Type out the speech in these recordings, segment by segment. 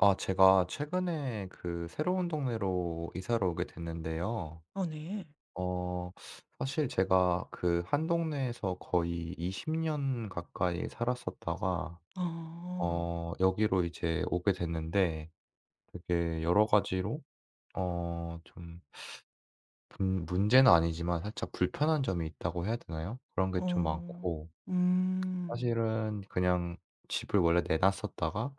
아, 제가 최근에 그 새로운 동네로 이사를 오게 됐는데요. 어 네. 어 사실 제가 그 한 동네에서 거의 20년 가까이 살았었다가 어, 여기로 이제 오게 됐는데, 되게 여러 가지로, 좀, 문 문제는 아니지만 살짝 불편한 점이 있다고 해야 되나요? 그런 게 좀 어. 많고, 음. 사실은 그냥 집을 원래 내놨었다가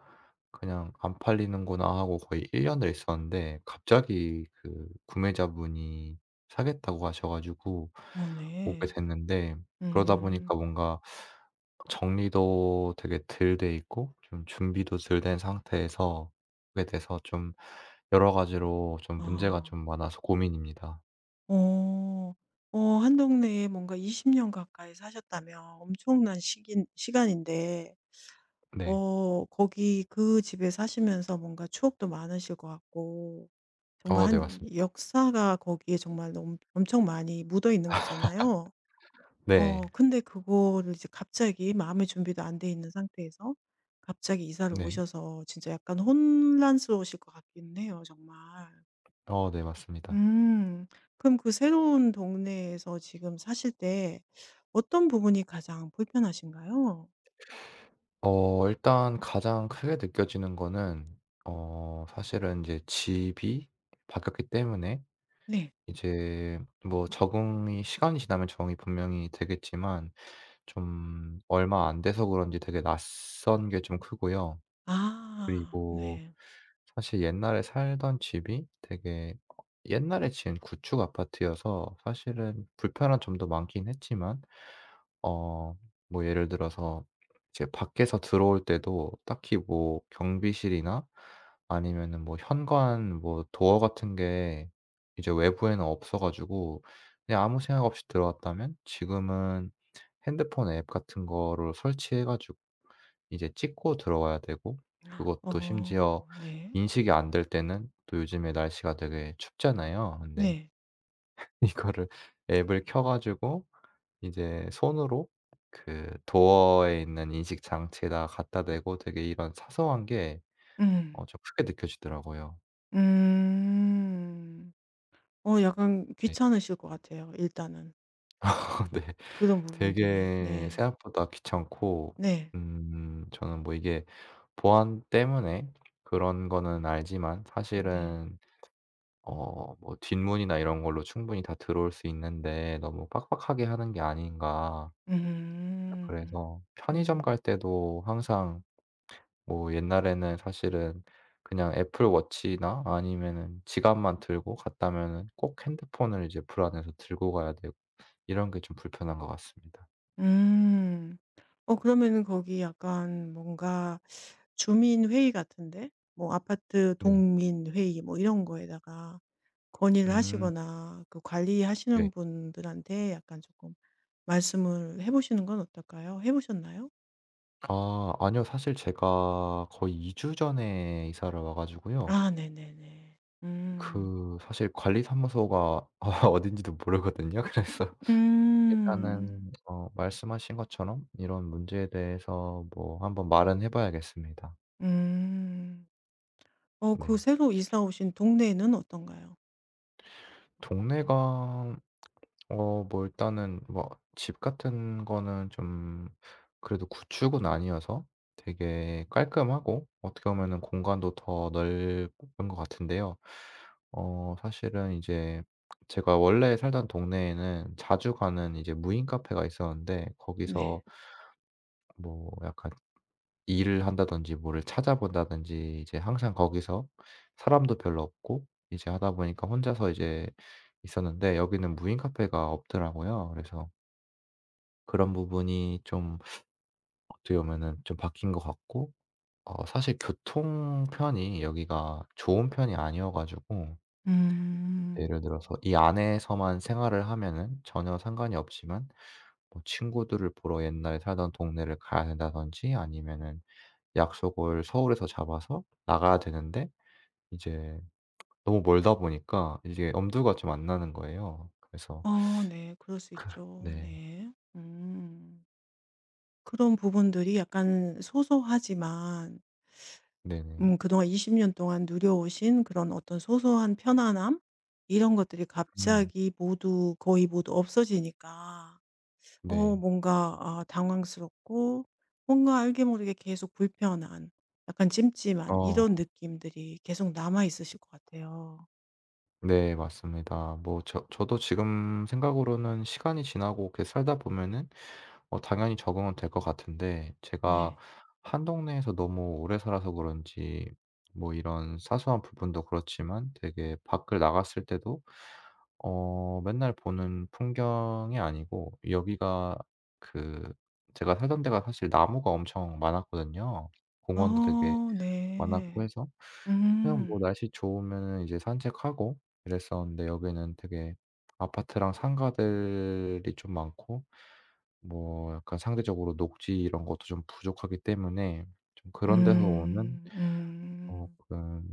그냥 '안 팔리는구나.' 하고 거의 1 년을 있었는데, 갑자기 그 구매자분이 사겠다고 하셔 가지고 어 오게 네. 됐는데, 그러다 음. 보니까 뭔가 정리도 되게 덜 돼 있고 좀 준비도 덜 된 상태에서 오게 돼서 좀 여러 가지로 좀 문제가 아. 좀 많아서 고민입니다. 어. 한 동네에 뭔가 20년 가까이 사셨다면 엄청난 시긴 시간인데 네. 거기 그 집에 사시면서 뭔가 추억도 많으실 것 같고 정말 어 네, 한 맞습니다. 역사가 거기에 정말 엄 엄청 많이 묻어 있는 거잖아요. 네. 근데 그거를 이제 갑자기 마음의 준비도 안 돼 있는 상태에서 갑자기 이사를 네. 오셔서 진짜 약간 혼란스러우실 것 같긴 해요 정말. 어 네, 맞습니다. 음. 그럼 그 새로운 동네에서 지금 사실 때 어떤 부분이 가장 불편하신가요? 일단 가장 크게 느껴지는 거는 사실은 이제 집이 바뀌었기 때문에 네. 이제 뭐 적응이, 시간이 지나면 적응이 분명히 되겠지만 좀 얼마 안 돼서 그런지 되게 낯선 게 좀 크고요. 아 그리고 네. 사실 옛날에 살던 집이 되게, 옛날에 지은 구축 아파트여서 사실은 불편한 점도 많긴 했지만, 어 뭐 예를 들어서 이제 밖에서 들어올 때도 딱히 뭐 경비실이나 아니면은 뭐 현관 뭐 도어 같은 게 이제 외부에는 없어 가지고 그냥 아무 생각 없이 들어갔다면, 지금은 핸드폰 앱 같은 거를 설치해 가지고 이제 찍고 들어와야 되고, 그것도 심지어 어 네. 인식이 안 될 때는 또 요즘에 날씨가 되게 춥잖아요. 근데 네. 이거를 앱을 켜 가지고 이제 손으로 그 도어에 있는 인식 장치에다 갖다 대고, 되게 이런 사소한 게 음. 좀 크게 느껴지더라고요. 음. 약간 네. 귀찮으실 것 같아요 일단은. 네. 그런 부분들이. 되게 네. 생각보다 귀찮고, 네. 저는 뭐 이게 보안 때문에 그런 거는 알지만, 네. 사실은 뭐 뒷문이나 이런 걸로 충분히 다 들어올 수 있는데 너무 빡빡하게 하는 게 아닌가. 음. 그래서 편의점 음. 갈 때도 항상, 뭐 옛날에는 사실은 그냥 애플 워치나 아니면은 지갑만 들고 갔다면은, 꼭 핸드폰을 이제 불 안에서 들고 가야 되고 이런 게 좀 불편한 것 같습니다. 음. 그러면은 거기 약간 뭔가 주민 회의 같은데 뭐 아파트 네. 동민 회의 뭐 이런 거에다가 건의를 음 하시거나 그 네. 관리하시는 분들한테 약간 조금 말씀을 해 보시는 건 어떨까요? 해 보셨나요? 아, 아니요. 사실 제가 거의 2주 전에 이사를 와 가지고요. 아 네네네. 음. 그 사실 관리사무소가 어딘지도 모르거든요. 그래서 음. 일단은 말씀하신 것처럼 이런 문제에 대해서 뭐 한번 말은 해 봐야겠습니다. 음. 그 네. 새로 이사 오신 동네는 어떤가요? 동네가, 뭐 일단은 뭐 집 같은 거는 좀, 그래도 구축은 아니어서 되게 깔끔하고 어떻게 보면은 공간도 더 넓은 것 같은데요. 사실은 이제 제가 원래 살던 동네에는 자주 가는 이제 무인 카페가 있었는데, 거기서 네. 뭐 약간 일을 한다든지 뭐를 찾아본다든지 이제 항상 거기서 사람도 별로 없고 이제 하다 보니까 혼자서 이제 있었는데, 여기는 무인 카페가 없더라고요. 그래서 그런 부분이 좀, 어떻게 보면은 좀 바뀐 것 같고, 사실 교통편이 여기가 좋은 편이 아니어 가지고, 예를 음. 들어서 이 안에서만 생활을 하면은 전혀 상관이 없지만 뭐 친구들을 보러 옛날에 살던 동네를 가야 된다든지 아니면은 약속을 서울에서 잡아서 나가야 되는데, 이제 너무 멀다 보니까 이게 엄두가 좀 안 나는 거예요. 그래서 어 네. 그럴 수 그. 있죠. 네. 네. 음. 그런 부분들이 약간 소소하지만 네네. 그동안 20년 동안 누려오신 그런 어떤 소소한 편안함 이런 것들이 음. 갑자기 모두 거의 모두 없어지니까 네. 뭔가 당황스럽고 뭔가 알게 모르게 계속 불편한 약간 찜찜한 어. 이런 느낌들이 계속 남아 있으실 것 같아요. 네, 맞습니다. 뭐 저도 지금 생각으로는 시간이 지나고 이렇게 살다 보면은 당연히 적응은 될 것 같은데, 제가 네. 한 동네에서 너무 오래 살아서 그런지 뭐 이런 사소한 부분도 그렇지만 되게 밖을 나갔을 때도 맨날 보는 풍경이 아니고, 여기가, 그, 제가 살던 데가 사실 나무가 엄청 많았거든요. 공원도 되게 어 많았고 네. 해서 그냥 뭐 음. 날씨 좋으면은 이제 산책하고 이랬었는데, 여기는 되게 아파트랑 상가들이 좀 많고 뭐 약간 상대적으로 녹지 이런 것도 좀 부족하기 때문에, 좀 그런 데서 오는 음. 음. 쪼끔,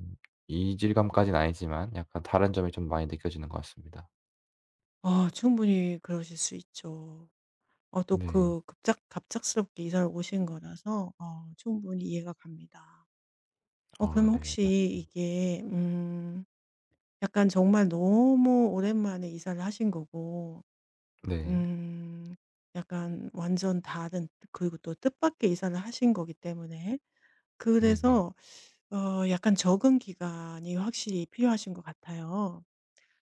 이질감까지는 아니지만 약간 다른 점이 좀 많이 느껴지는 것 같습니다. 아 충분히 그러실 수 있죠. 또 네. 그 급작 갑작스럽게 이사를 오신 거라서 충분히 이해가 갑니다. 아 그러면 네. 혹시 맞습니다. 이게 약간 정말 너무 오랜만에 이사를 하신 거고 네. 음 약간 완전 다른 그리고 또 뜻밖의 이사를 하신 거기 때문에 네네. 그래서 약간 적응 기간이 확실히 필요하신 것 같아요.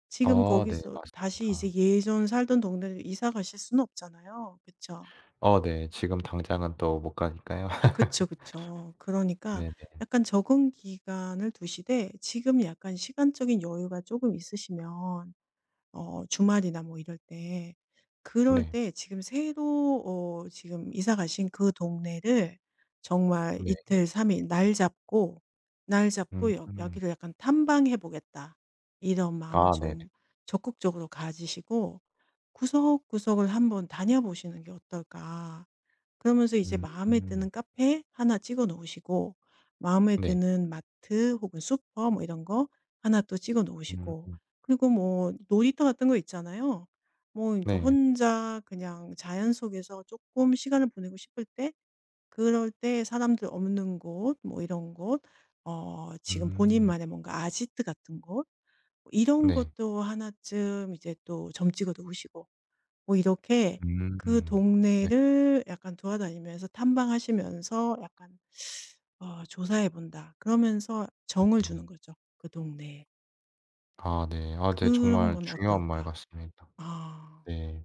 지금 아 네. 거기서 다시 이제 맞습니다. 예전 살던 동네로 이사 가실 수는 없잖아요. 그쵸? 어 네. 지금 당장은 또 못 가니까요. 그쵸, 그쵸. 그러니까 네네. 약간 적응 기간을 두시되 지금 약간 시간적인 여유가 조금 있으시면 주말이나 뭐 이럴 때 그럴 네. 때 지금 새로 지금 이사 가신 그 동네를 정말 네. 이틀 삼일 날 잡고, 날 음 잡고 여 음. '여기를 약간 탐방해 보겠다.' 이런 마음을 아 네네. 좀 적극적으로 가지시고 구석구석을 한번 다녀보시는 게 어떨까. 그러면서 이제 음 마음에 음. 드는 카페 하나 찍어 놓으시고, 마음에 네. 드는 마트 혹은 슈퍼 뭐 이런 거 하나 또 찍어 놓으시고, 음 그리고 뭐 놀이터 같은 거 있잖아요. 뭐 그러니까 네. 혼자 그냥 자연 속에서 조금 시간을 보내고 싶을 때, 그럴 때 사람들 없는 곳, 뭐 이런 곳, 지금 음 본인만의 뭔가 아지트 같은 곳, 뭐 이런 네. 것도 하나쯤 이제 또 점 찍어 놓으시고, 뭐 이렇게 그 음 네. 동네를 약간 돌아다니면서 탐방하시면서 약간 '조사해 본다.' 그러면서 정을 주는 음. 거죠, 그 동네에. 아 네. 아 네, 그런 정말 건 중요한 말 어떨까? 같습니다. 아 네.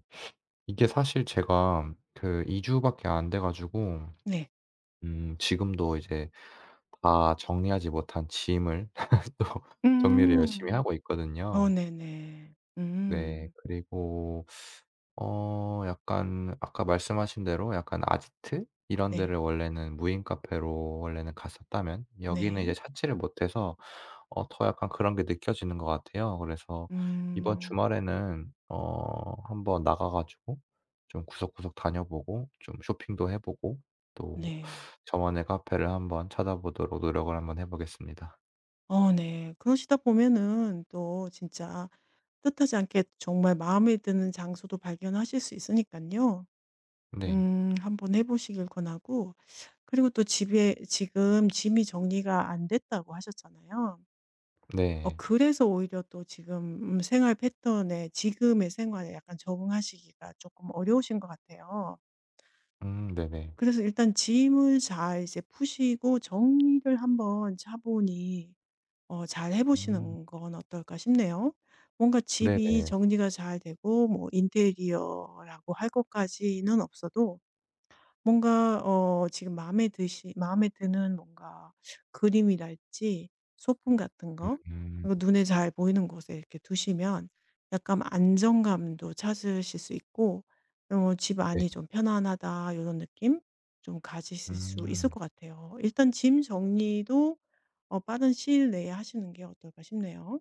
이게 사실 제가 그 2 주밖에 안 돼 가지고, 네. 지금도 이제 다 정리하지 못한 짐을 또 정리를 열심히 음. 하고 어 있거든요. 네네. 네. 음. 그리고 약간 아까 말씀하신 대로 약간 아지트 이런 데를 네. 원래는 무인 카페로 원래는 갔었다면, 여기는 이제 네. 찾지를 못해서 더 약간 그런 게 느껴지는 것 같아요. 그래서 이번 음. 주말에는 한번 나가 가지고 좀 구석구석 다녀보고 좀 쇼핑도 해 보고 또 네. 저만의 카페를 한번 찾아보도록 노력을 한번 해 보겠습니다. 어 네. 그러시다 보면은 또 진짜 뜻하지 않게 정말 마음에 드는 장소도 발견하실 수있으니까요 네. 한번 해 보시길 권하고 그리고 또 집에 지금 짐이 정리가 안 됐다고 하셨잖아요. 네. 그래서 오히려 또 지금 생활 패턴에 지금의 생활에 약간 적응하시기가 조금 어려우신 것 같아요. 네네. 그래서 일단 짐을 잘 이제 푸시고 정리를 한번 차분히 잘 해 음 보시는 건 어떨까 싶네요. 뭔가 집이 네네. 정리가 잘 되고 뭐 인테리어라고 할 것까지는 없어도 뭔가 지금 마음에 드는 뭔가 그림이랄지 소품 같은 음 거 음, 그리고 눈에 잘 보이는 곳에 이렇게 두시면 약간 안정감도 찾으실 수 있고 '집 네. 안이 좀 편안하다.' 이런 느낌 좀 가지실 수 있을 음. 것 같아요. 일단 짐 정리도 빠른 시일 내에 하시는 게 어떨까 싶네요.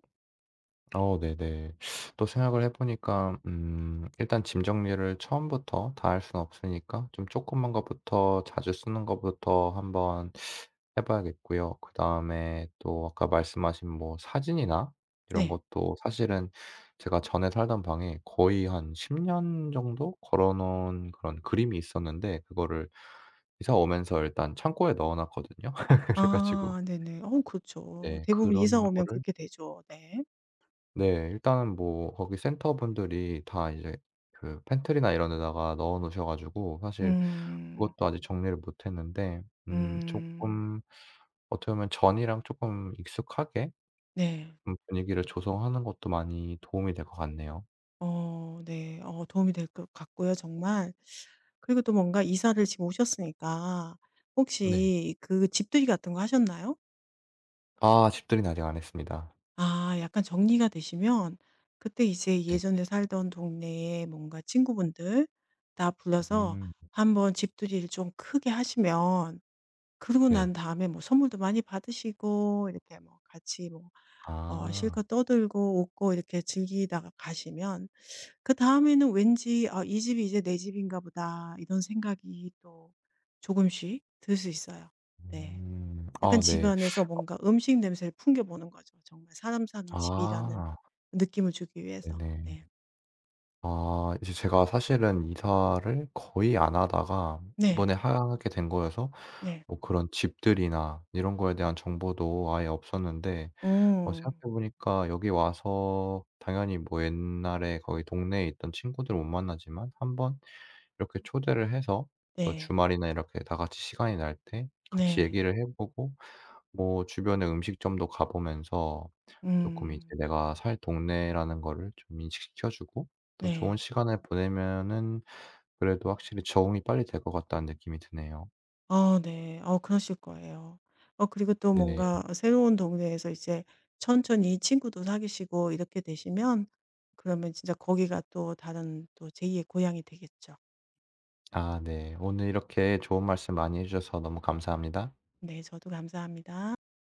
어 네네. 또 생각을 해 보니까 일단 짐 정리를 처음부터 다 할 수는 없으니까 좀 조그만 것부터 자주 쓰는 것부터 한번 해 봐야겠고요. 그다음에 또 아까 말씀하신 뭐 사진이나 이런 네. 것도 사실은 제가 전에 살던 방에 거의 한 10년 정도 걸어 놓은 그런 그림이 있었는데, 그거를 이사 오면서 일단 창고에 넣어 놨거든요. 그래 가지고 아 네네. 그렇죠. 네, 대부분 이사 그런 오면 거를 그렇게 되죠. 네. 네. 일단은 뭐 거기 센터분들이 다 이제 그 팬트리나 이런 데다가 넣어 놓으셔 가지고 사실 음. 그것도 아직 정리를 못 했는데, 음. 쪼끔 어떻게 보면 전이랑 쪼끔 익숙하게 네. 좀 분위기를 조성하는 것도 많이 도움이 될 것 같네요. 어 네. 도움이 될 것 같고요 정말. 그리고 또 뭔가 이사를 지금 오셨으니까 네. 혹시 그 집들이 같은 거 하셨나요? 아, 집들이는 아직 안 했습니다. 약간 정리가 되시면 그때 이제 네. 예전에 살던 동네에 뭔가 친구분들 다 불러서 음 한번 집들이를 좀 크게 하시면 그러고 네. 난 다음에 뭐 선물도 많이 받으시고 이렇게 뭐 같이 뭐 아. 실컷 떠들고 웃고 이렇게 즐기다가 가시면 그다음에는 왠지 '아 이 집이 이제 내 집인가 보다.' 이런 생각이 또 조금씩 들 수 있어요. 네. 음. 약간 아 집 네. 안에서 뭔가 음식 냄새를 풍겨 보는 거죠. 정말 사람 사는 집이라는 아 느낌을 주기 위해서. 네네. 네. 아 이제 제가 사실은 이사를 거의 안 하다가 네. 이번에 하게 된 거여서 네. 뭐 그런 집들이나 이런 거에 대한 정보도 아예 없었는데, 음. 생각해 보니까 여기 와서 당연히 뭐 옛날에 거기 동네에 있던 친구들 못 만나지만, 한번 이렇게 초대를 해서 또 네. 주말이나 이렇게 다 같이 시간이 날 때 같이 네. 얘기를 해 보고 뭐 주변의 음식점도 가 보면서 쪼끔 이제 음. 내가 살 동네라는 거를 좀 인식시켜 주고 또 좋은 네. 시간을 보내면은 그래도 확실히 적응이 빨리 될 것 같다는 느낌이 드네요. 어 네. 그러실 거예요. 그리고 또 네. 뭔가 새로운 동네에서 이제 천천히 친구도 사귀시고 이렇게 되시면 그러면 진짜 거기가 또 다른 또 제2의 고향이 되겠죠. 아 네. 오늘 이렇게 좋은 말씀 많이 해 주셔서 너무 감사합니다. 네. 저도 감사합니다.